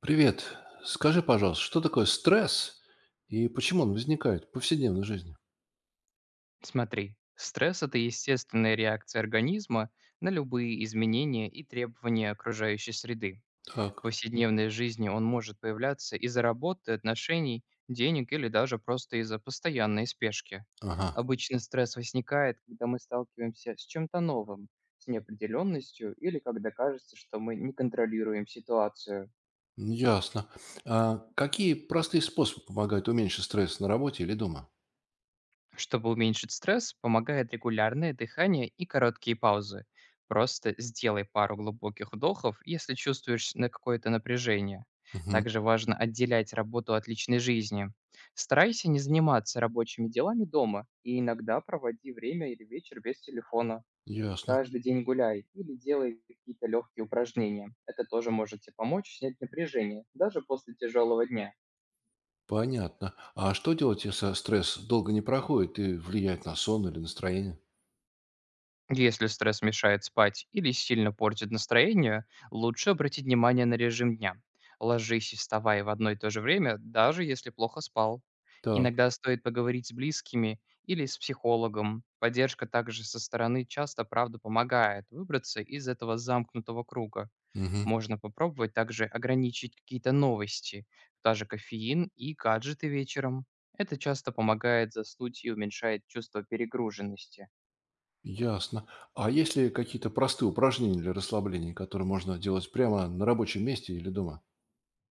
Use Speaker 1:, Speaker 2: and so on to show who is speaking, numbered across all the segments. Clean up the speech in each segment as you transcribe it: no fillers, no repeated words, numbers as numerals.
Speaker 1: Привет. Скажи, пожалуйста, что такое стресс и почему он возникает в повседневной жизни?
Speaker 2: Смотри, стресс – это естественная реакция организма на любые изменения и требования окружающей среды. В
Speaker 1: Так,
Speaker 2: повседневной жизни он может появляться из-за работы, отношений, денег или даже просто из-за постоянной спешки.
Speaker 1: ага,
Speaker 2: Обычно стресс возникает, когда мы сталкиваемся с чем-то новым, с неопределенностью или когда кажется, что мы не контролируем ситуацию.
Speaker 1: ясно. А какие простые способы помогают уменьшить стресс на работе или дома?
Speaker 2: Чтобы уменьшить стресс, помогает регулярное дыхание и короткие паузы. Просто сделай пару глубоких вдохов, если чувствуешь на какое-то напряжение.
Speaker 1: Мгм,
Speaker 2: Также важно отделять работу от личной жизни. Старайся не заниматься рабочими делами дома и иногда проводи время или вечер без телефона.
Speaker 1: ясно.
Speaker 2: Каждый день гуляй или делай какие-то легкие упражнения. Это тоже может тебе помочь снять напряжение, даже после тяжелого дня.
Speaker 1: Понятно. А что делать, если стресс долго не проходит и влияет на сон или настроение?
Speaker 2: Если стресс мешает спать или сильно портит настроение, лучше обратить внимание на режим дня. Ложись и вставай в одно и то же время, даже если плохо спал.
Speaker 1: Так,
Speaker 2: Иногда стоит поговорить с близкими или с психологом. Поддержка также со стороны часто, правда, помогает выбраться из этого замкнутого круга.
Speaker 1: мгм,
Speaker 2: Можно попробовать также ограничить какие-то новости, даже кофеин и гаджеты вечером. Это часто помогает заснуть и уменьшает чувство перегруженности.
Speaker 1: ясно. А есть ли какие-то простые упражнения для расслабления, которые можно делать прямо на рабочем месте или дома?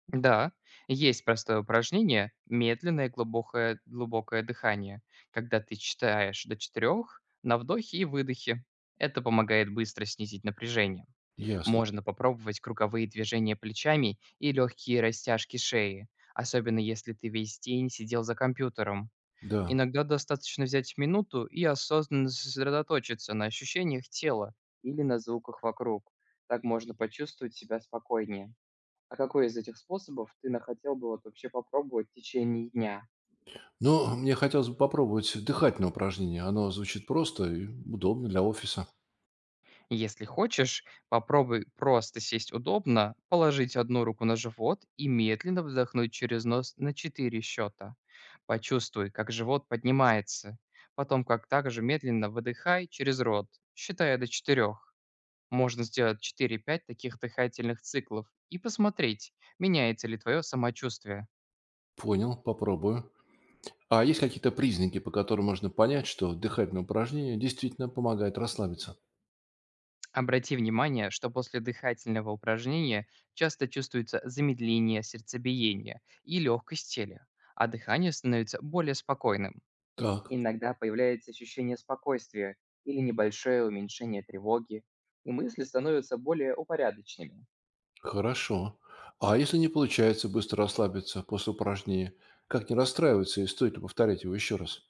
Speaker 2: Да, есть простое упражнение, медленное глубокое дыхание, когда ты читаешь до четырех на вдохе и выдохе. Это помогает быстро снизить напряжение.
Speaker 1: Ясно.
Speaker 2: Можно попробовать круговые движения плечами и легкие растяжки шеи, особенно если ты весь день сидел за компьютером.
Speaker 1: Да.
Speaker 2: Иногда достаточно взять минуту и осознанно сосредоточиться на ощущениях тела или на звуках вокруг. Так можно почувствовать себя спокойнее. А какой из этих способов ты на хотел бы вот вообще попробовать в течение дня?
Speaker 1: Ну, мне хотелось бы попробовать дыхательное упражнение. Оно звучит просто и удобно для офиса.
Speaker 2: Если хочешь, попробуй просто сесть удобно, положить одну руку на живот и медленно вдохнуть через нос на 4 счета. Почувствуй, как живот поднимается. Потом как также медленно выдыхай через рот, считая до четырех. Можно сделать четыре-пять таких дыхательных циклов и посмотреть, меняется ли твое самочувствие.
Speaker 1: Понял, попробую. А есть какие-то признаки, по которым можно понять, что дыхательное упражнение действительно помогает расслабиться?
Speaker 2: Обрати внимание, что после дыхательного упражнения часто чувствуется замедление сердцебиения и легкость тела, а дыхание становится более спокойным.
Speaker 1: Так,
Speaker 2: Иногда появляется ощущение спокойствия или небольшое уменьшение тревоги, и мысли становятся более упорядоченными.
Speaker 1: хорошо. А если не получается быстро расслабиться после упражнения, как не расстраиваться и стоит ли повторять его еще раз?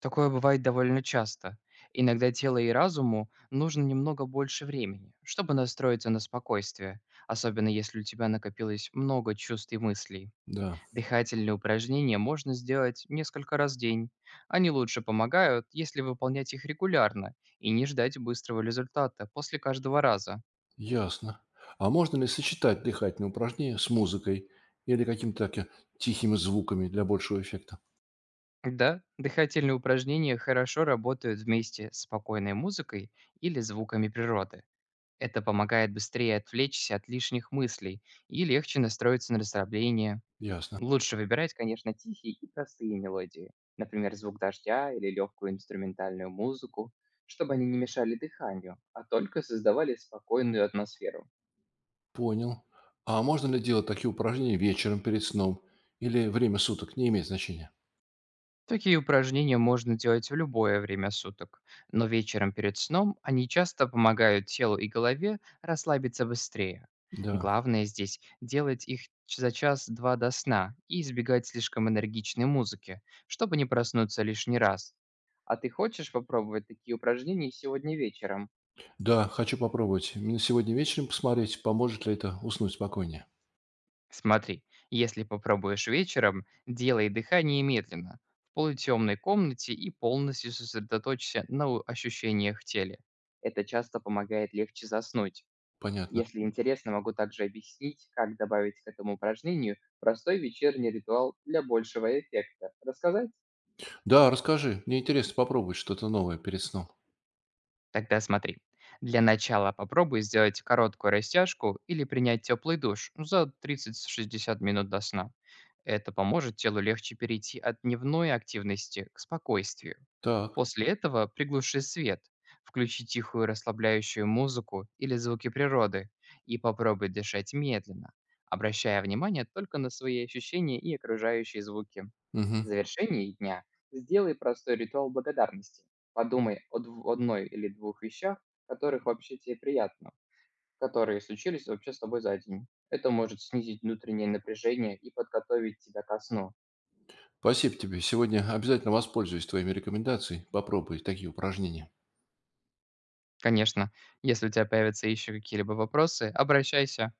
Speaker 2: Такое бывает довольно часто. Иногда тело и разуму нужно немного больше времени, чтобы настроиться на спокойствие, особенно если у тебя накопилось много чувств и мыслей.
Speaker 1: Да,
Speaker 2: Дыхательные упражнения можно сделать несколько раз в день. Они лучше помогают, если выполнять их регулярно и не ждать быстрого результата после каждого раза.
Speaker 1: ясно. А можно ли сочетать дыхательные упражнения с музыкой или какими-то таки тихими звуками для большего эффекта?
Speaker 2: Да, дыхательные упражнения хорошо работают вместе с спокойной музыкой или звуками природы. Это помогает быстрее отвлечься от лишних мыслей и легче настроиться на расслабление.
Speaker 1: Ясно.
Speaker 2: Лучше выбирать, конечно, тихие и простые мелодии, например, звук дождя или легкую инструментальную музыку, чтобы они не мешали дыханию, а только создавали спокойную атмосферу.
Speaker 1: Понял. А можно ли делать такие упражнения вечером перед сном? Или время суток не имеет значения?
Speaker 2: Такие упражнения можно делать в любое время суток, но вечером перед сном они часто помогают телу и голове расслабиться быстрее.
Speaker 1: Да.
Speaker 2: Главное здесь делать их за час-два до сна и избегать слишком энергичной музыки, чтобы не проснуться лишний раз. А ты хочешь попробовать такие упражнения сегодня вечером?
Speaker 1: Да, хочу попробовать. Именно сегодня вечером посмотреть, поможет ли это уснуть спокойнее.
Speaker 2: Смотри, если попробуешь вечером, делай дыхание медленно, в полутемной комнате и полностью сосредоточься на ощущениях в теле. Это часто помогает легче заснуть.
Speaker 1: Понятно.
Speaker 2: Если интересно, могу также объяснить, как добавить к этому упражнению простой вечерний ритуал для большего эффекта. Рассказать?
Speaker 1: Да, расскажи. Мне интересно попробовать что-то новое перед сном.
Speaker 2: Тогда смотри. Для начала попробуй сделать короткую растяжку или принять теплый душ за 30-60 минут до сна. Это поможет телу легче перейти от дневной активности к спокойствию.
Speaker 1: Так.
Speaker 2: После этого приглуши свет, включи тихую расслабляющую музыку или звуки природы и попробуй дышать медленно, обращая внимание только на свои ощущения и окружающие звуки.
Speaker 1: Мгм.
Speaker 2: В завершении дня сделай простой ритуал благодарности. Подумай о дв одной или двух вещах, которых вообще тебе приятно, которые случились вообще с тобой за день. Это может снизить внутреннее напряжение и подготовить тебя ко сну.
Speaker 1: Спасибо тебе. Сегодня обязательно воспользуюсь твоими рекомендациями. Попробуй такие упражнения.
Speaker 2: Конечно, если у тебя появятся еще какие-либо вопросы, обращайся.